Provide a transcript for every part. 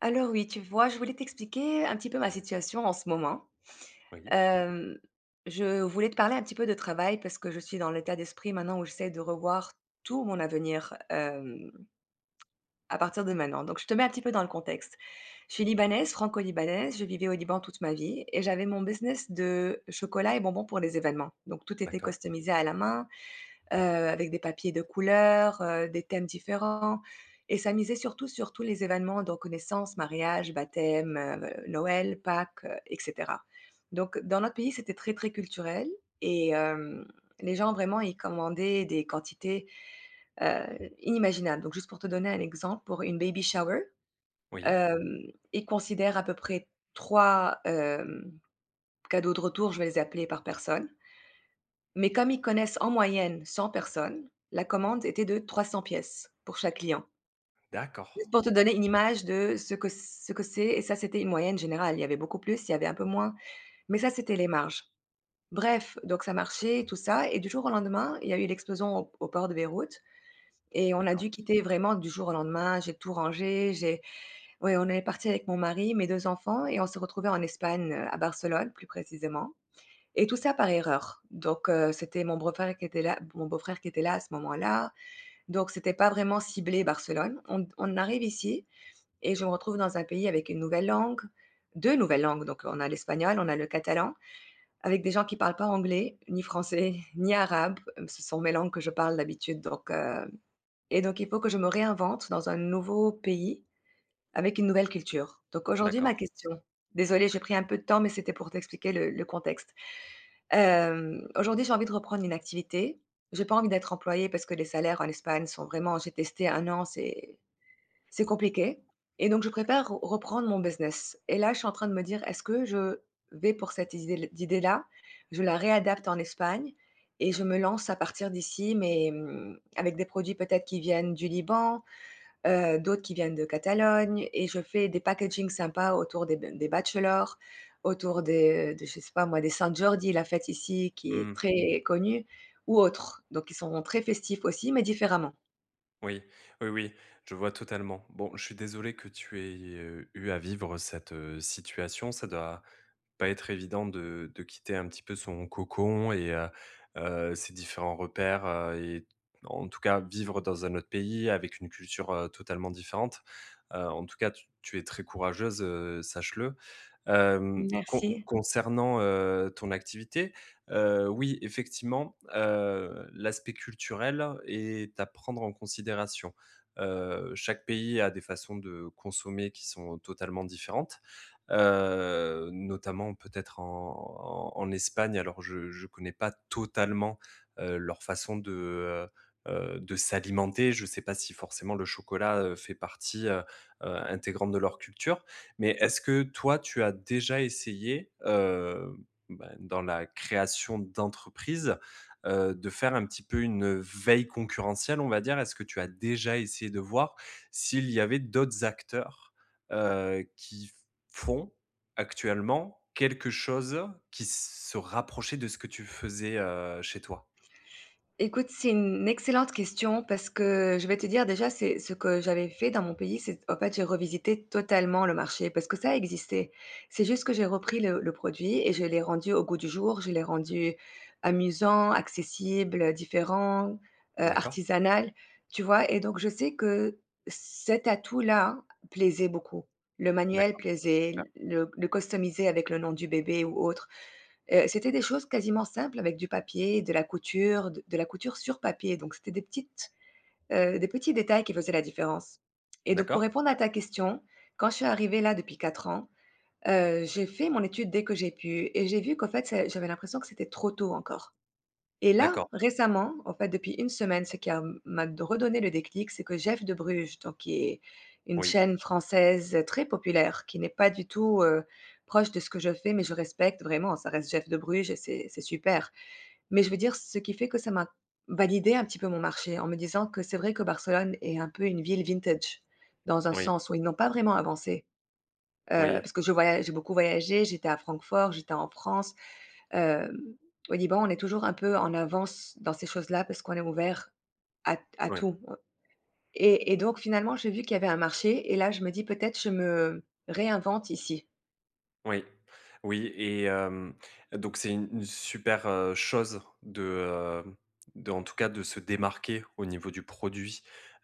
Alors oui, tu vois, je voulais t'expliquer un petit peu ma situation en ce moment. Oui, Hem, je voulais te parler un petit peu de travail parce que je suis dans l'état d'esprit maintenant où j'essaie de revoir tout mon avenir, à partir de maintenant. Donc je te mets un petit peu dans le contexte. Je suis libanaise, franco-libanaise, je vivais au Liban toute ma vie et j'avais mon business de chocolat et bonbons pour les événements. Donc tout était d'accord, customisé à la main, heu, avec des papiers de couleur, des thèmes différents et ça misait surtout sur tous les événements, donc naissance, mariage, baptême, Noël, Pâques, et cetera. Donc dans notre pays, c'était très, très culturel et les gens vraiment, ils commandaient des quantités, heu, inimaginables. Donc juste pour te donner un exemple, pour une baby shower, oui, hem, ils considèrent à peu près 3 cadeaux de retour, je vais les appeler, par personne. Mais comme ils connaissent en moyenne 100 personnes, la commande était de 300 pièces pour chaque client. d'accord, Juste pour te donner une image de ce que c'est et ça, c'était une moyenne générale. Il y avait beaucoup plus, il y avait un peu moins, mais ça, c'était les marges. Bref, donc ça marchait, tout ça et du jour au lendemain, il y a eu l'explosion au port de Beyrouth et on a d'accord, dû quitter vraiment du jour au lendemain. J'ai tout rangé, j'ai ouais, on est parti avec mon mari, mes 2 enfants et on s'est retrouvés en Espagne, à Barcelone plus précisément et tout ça par erreur. Donc c'était mon beau-frère qui était là à ce moment-là, donc c'était pas vraiment ciblé Barcelone. On arrive ici et je me retrouve dans un pays avec une nouvelle langue, 2 nouvelles langues, donc on a l'espagnol, on a le catalan, avec des gens qui parlent pas anglais, ni français, ni arabe. Ce sont mes langues que je parle d'habitude, donc et donc il faut que je me réinvente dans un nouveau pays avec une nouvelle culture. Donc aujourd'hui ma d'accord. question. Désolée, j'ai pris un peu de temps, mais c'était pour t'expliquer le contexte. Aujourd'hui, j'ai envie de reprendre une activité. J'ai pas envie d'être employée parce que les salaires en Espagne sont vraiment, j'ai testé 1 an, c'est compliqué et donc je préfère re reprendre mon business et là, je suis en train de me dire: «Est-ce que je vais pour cette idée d'idée-là, je la réadapte en Espagne et je me lance à partir d'ici mais, avec des produits peut-être qui viennent du Liban, d'autres qui viennent de Catalogne et je fais des packagings sympas autour des bachelors, autour des, de je sais pas moi, des saint Jordi, la fête ici qui est Mmh, très connue ou autres. Donc ils sont très festifs aussi, mais différemment. oui, oui, oui, je vois totalement. Bon, je suis désolé que tu aies, eu à vivre cette, situation. Ça doit pas être évident de quitter un petit peu son cocon et ses différents repères, et en tout cas, vivre dans un autre pays avec une culture, totalement différente. En tout cas, tu es très courageuse, sache-le. Hem, con Merci. Concernant, ton activité, oui, effectivement, l'aspect culturel est à prendre en considération. Chaque pays a des façons de consommer qui sont totalement différentes, notamment peut-être en Espagne. Alors je ne connais pas totalement, leur façon de s'alimenter. Je ne sais pas si forcément le chocolat, fait partie, intégrante de leur culture. Mais est-ce que toi, tu as déjà essayé, bah, dans la création d'entreprise, de faire un petit peu une, veille concurrentielle, on va dire? Est-ce que tu as déjà essayé de voir s'il y avait d'autres acteurs, qui font actuellement quelque chose qui se rapprochait de ce que tu faisais, chez toi? Écoute, c'est une excellente question parce que je vais te dire déjà, c'est ce que j'avais fait dans mon pays, c'est en fait, j'ai revisité totalement le marché parce que ça existait. C'est juste que j'ai repris le produit et je l'ai rendu au goût du jour, je l'ai rendu amusant, accessible, différent, D'accord, artisanal, tu vois. Et donc, je sais que cet atout-là plaisait beaucoup. Le manuel d'accord, super. plaisait, le customiser avec le nom du bébé ou autre. C'était des choses quasiment simples avec du papier, de la couture, de la couture sur papier, donc c'était des petits détails qui faisaient la différence et donc pour D'accord, répondre à ta question, quand je suis arrivée là depuis 4 ans, j'ai fait mon étude dès que j'ai pu et j'ai vu qu'en fait, c'est j'avais l'impression que c'était trop tôt encore. Et là, d'accord. récemment, en fait, depuis une semaine, ce qui a m'a redonné le déclic, c'est que Jeff de Bruges, donc qui est une Oui, chaîne française, très populaire, qui n'est pas du tout, proche de ce que je fais, mais je respecte vraiment, ça reste Jeff de Bruges et c'est super. Mais je veux dire, ce qui fait que ça m'a validé un petit peu mon marché en me disant que c'est vrai que Barcelone est un peu une ville vintage, dans un oui, sens où ils n'ont pas vraiment avancé. Oui, Parce que je voyage, j'ai beaucoup voyagé, j'étais à Francfort, j'étais en France. Hem, Au Liban, on est toujours un peu en avance dans ces choses-là parce qu'on est ouvert à oui, tout, et donc finalement, j'ai vu qu'il y avait un marché et là, je me dis: «Peut-être je me réinvente ici». oui. Oui et donc c'est une super, chose de, en tout cas de se démarquer au niveau du produit,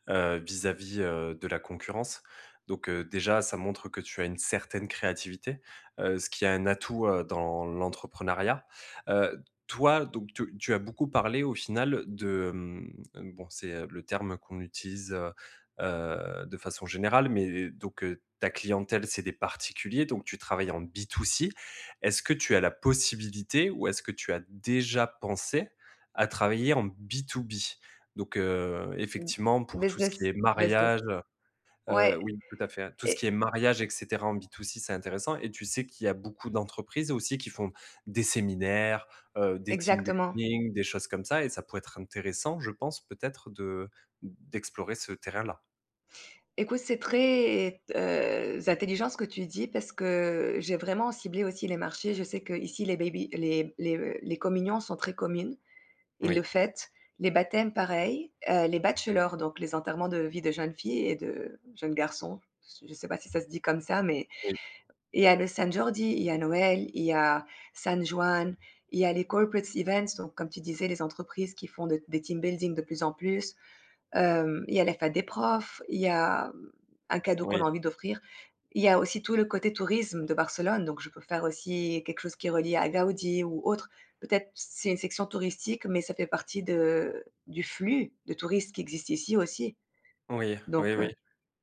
vis-à-vis, de la concurrence. Donc, déjà ça montre que tu as une certaine créativité, ce qui est un atout, dans l'entrepreneuriat. Toi donc tu as beaucoup parlé au final de, bon c'est, le terme qu'on utilise, de façon générale mais donc, ta clientèle c'est des particuliers donc tu travailles en B2C. Est-ce que tu as la possibilité ou est-ce que tu as déjà pensé à travailler en B2B? Donc, Mmh. effectivement, pour tout ce qui Business, est business. mariage, Ouais, oui, tout à fait, tout ce e qui est mariage et cetera en B2C, c'est intéressant et tu sais qu'il y a beaucoup d'entreprises aussi qui font des séminaires, des team exactement. building, des choses comme ça et ça pourrait être intéressant, je pense, peut-être de d'explorer ce terrain-là. Écoute, c'est très, intelligent ce que tu dis parce que j'ai vraiment ciblé aussi les marchés. Je sais que ici les baby les communions sont très communes. Ils le Oui, fêtent. Les baptêmes, pareil. Les bachelors, donc les enterrements de vie de jeunes filles et de jeunes garçons, je sais pas si ça se dit comme ça, mais oui, il y a le San Jordi, il y a Noël, il y a San Juan, il y a les corporate events, donc comme tu disais, les entreprises qui font de des team building de plus en plus. Il y a la fête des profs, il y a, un cadeau qu'on a oui, envie d'offrir, il y a aussi tout le côté tourisme de Barcelone, donc je peux faire aussi quelque chose qui est relié à Gaudi ou autre. Peut-être c'est une section touristique, mais ça fait partie de du flux de touristes qui existe ici aussi. oui, oui, Donc, oui.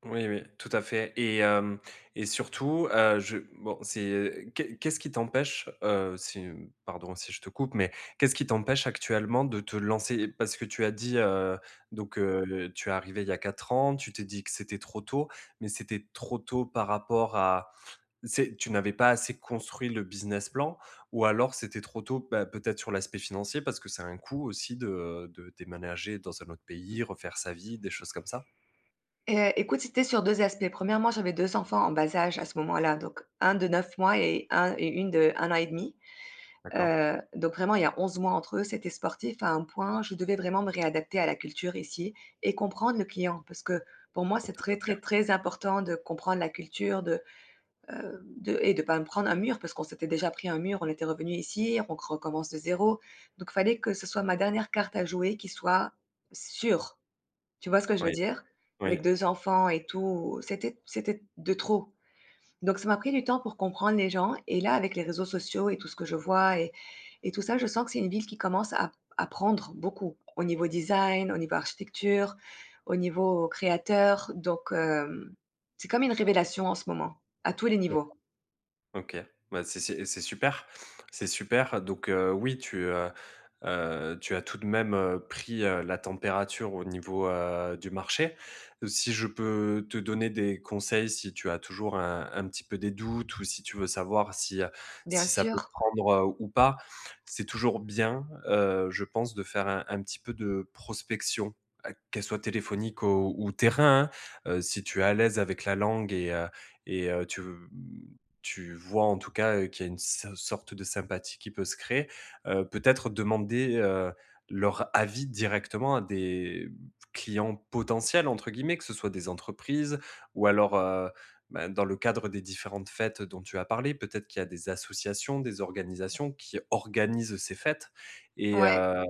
Oui, oui, tout à fait et hem et surtout, je bon, c'est qu'est qu'est-ce qui t'empêche, si, pardon si je te coupe, mais qu'est-ce qui t'empêche actuellement de te lancer? Parce que tu as dit, donc tu es arrivé il y a 4 ans, tu t'es dit que c'était trop tôt, mais c'était trop tôt par rapport à c'est tu n'avais pas assez construit le business plan ou alors c'était trop tôt, bah, peut-être sur l'aspect financier parce que c'est un coût aussi de déménager dans un autre pays, refaire sa vie, des choses comme ça? et écoute, c'était sur 2 aspects. Premièrement, j'avais 2 enfants en bas âge à ce moment-là, donc un de 9 mois et un et une de 1 an et demi. D'accord. Donc vraiment, il y a 11 mois entre eux. C'était sportif à un point, je devais vraiment me réadapter à la culture ici et comprendre le client parce que pour moi, c'est Tout à très, très, fait. très important de comprendre la culture, de et de pas me prendre un mur parce qu'on s'était déjà pris un mur, on était revenu ici, on c recommence de zéro. Donc fallait que ce soit ma dernière carte à jouer qui soit sûre. Tu vois ce que je veux Oui, dire? Avec oui. 2 enfants et tout, c'était de trop. Donc ça m'a pris du temps pour comprendre les gens et là, avec les réseaux sociaux et tout ce que je vois et tout ça, je sens que c'est une ville qui commence à prendre beaucoup au niveau design, au niveau architecture, au niveau créateur. Donc c'est comme une révélation en ce moment, à tous les niveaux. OK. Bah, c'est super, c'est super. Donc, oui, tu, tu as tout de même, pris, la température au niveau, du marché. Si je peux te donner des conseils, si tu as toujours un petit peu des doutes ou si tu veux savoir si, Bien si ça peut sûr, prendre, ou pas, c'est toujours bien, je pense, de faire un petit peu de prospection, qu'elle soit téléphonique ou terrain, hein. Si tu es à l'aise avec la langue et et heu, tu v tu vois en tout cas, qu'il y a une sorte de sympathie qui peut se créer. Peut-être demander, leur avis directement à des «clients potentiels» entre guillemets, que ce soit des entreprises ou alors, ben, dans le cadre des différentes fêtes dont tu as parlé, peut-être qu'il y a des associations, des organisations qui organisent ces fêtes et ouais, heu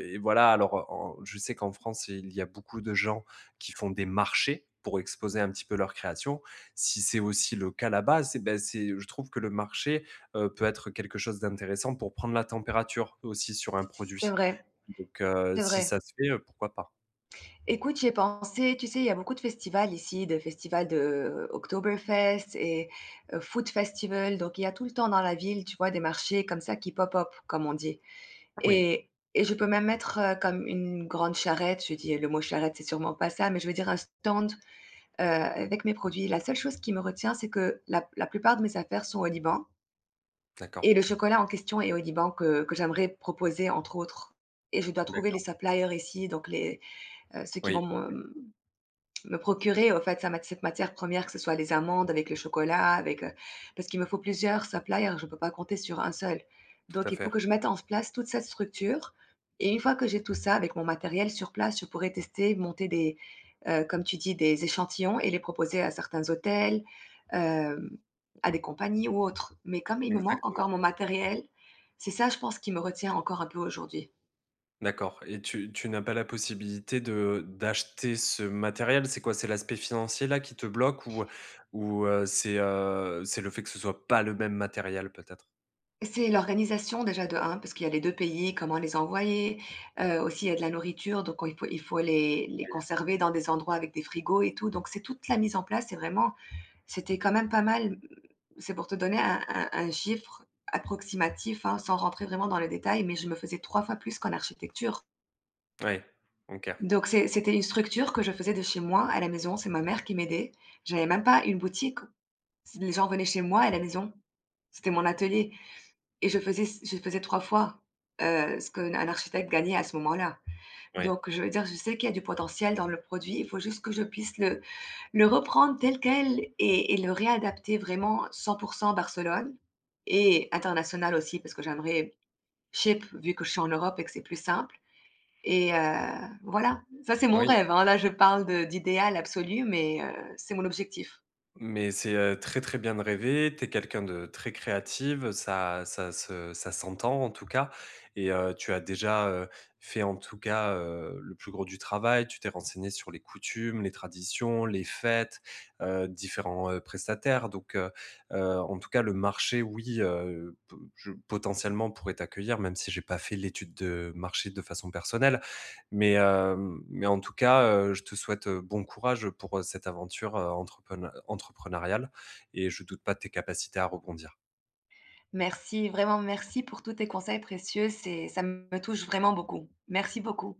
et voilà, alors en je sais qu'en France, il y a beaucoup de gens qui font des marchés pour exposer un petit peu leurs créations si c'est aussi le cas là-bas, c'est ben, c'est je trouve que le marché, peut être quelque chose d'intéressant pour prendre la température aussi sur un c'est produit. vrai, Donc c'est si vrai. ça se fait, pourquoi pas? Écoute, j'y ai pensé, tu sais, il y a beaucoup de festivals ici, de festivals de Oktoberfest et Food Festival, donc il y a tout le temps dans la ville, tu vois, des marchés comme ça qui pop up, comme on dit Oui, et je peux même mettre, comme une grande charrette, je dis le mot charrette, c'est sûrement pas ça, mais je veux dire un stand, avec mes produits. La seule chose qui me retient, c'est que la plupart de mes affaires sont au Liban. d'accord, Et le chocolat en question est au Liban que j'aimerais proposer entre autres et je dois trouver les d'accord. suppliers ici donc les, ceux qui vont Oui, me procurer, au fait, sa mat cette matière première, que ce soit les amandes avec le chocolat, avec, parce qu'il me faut plusieurs suppliers, je ne peux pas compter sur un seul. tout Donc à il faut fait. que je mette en place toute cette structure et une fois que j'ai tout ça avec mon matériel sur place, je pourrais tester, monter des, comme tu dis, des échantillons et les proposer à certains hôtels, hem, à des compagnies ou autres. Mais comme il me manque encore Exactement. mon matériel, c'est ça, je pense, qui me retient encore un peu aujourd'hui. D'accord et tu n'as pas la possibilité de d'acheter ce matériel? C'est quoi? C'est l'aspect financier là qui te bloque ou c'est le fait que ce soit pas le même matériel peut-être? C'est l'organisation déjà de un parce qu'il y a les 2 pays, comment les envoyer, aussi il y a de la nourriture, donc il faut les conserver dans des endroits avec des frigos et tout, donc c'est toute la mise en place, c'est vraiment c'était quand même pas mal. C'est pour te donner un chiffre approximatif, hein, sans rentrer vraiment dans le détail, mais je me faisais 3 fois plus qu'en architecture. Ouais, OK. Donc OK. c'était une structure que je faisais de chez moi à la maison, c'est ma mère qui m'aidait. J'avais même pas une boutique, les gens venaient chez moi à la maison. C'était mon atelier. Et je faisais 3 fois, ce qu'un architecte gagnait à ce moment-là. Ouais. Donc je veux dire, je sais qu'il y a du potentiel dans le produit, il faut juste que je puisse le reprendre tel quel et le réadapter vraiment 100 Barcelone et international aussi parce que j'aimerais ship vu que je suis en Europe et que c'est plus simple et voilà. Ça, c'est mon Oui. rêve, hein, là je parle de d'idéal absolu, mais c'est mon objectif. Mais c'est, très, très bien de rêver. Tu es quelqu'un de très créative, ça s'entend en tout cas et tu as déjà, fait en tout cas, le plus gros du travail. Tu t'es renseigné sur les coutumes, les traditions, les fêtes, différents, prestataires donc en tout cas le marché oui, p je potentiellement pourrait t'accueillir même si j'ai pas fait l'étude de marché de façon personnelle. Mais, mais en tout cas, je te souhaite, bon courage pour, cette aventure, entrepreneuriale et je doute pas de tes capacités à rebondir. Merci, vraiment merci pour tous tes conseils précieux, c'est ça me touche vraiment beaucoup. Merci beaucoup.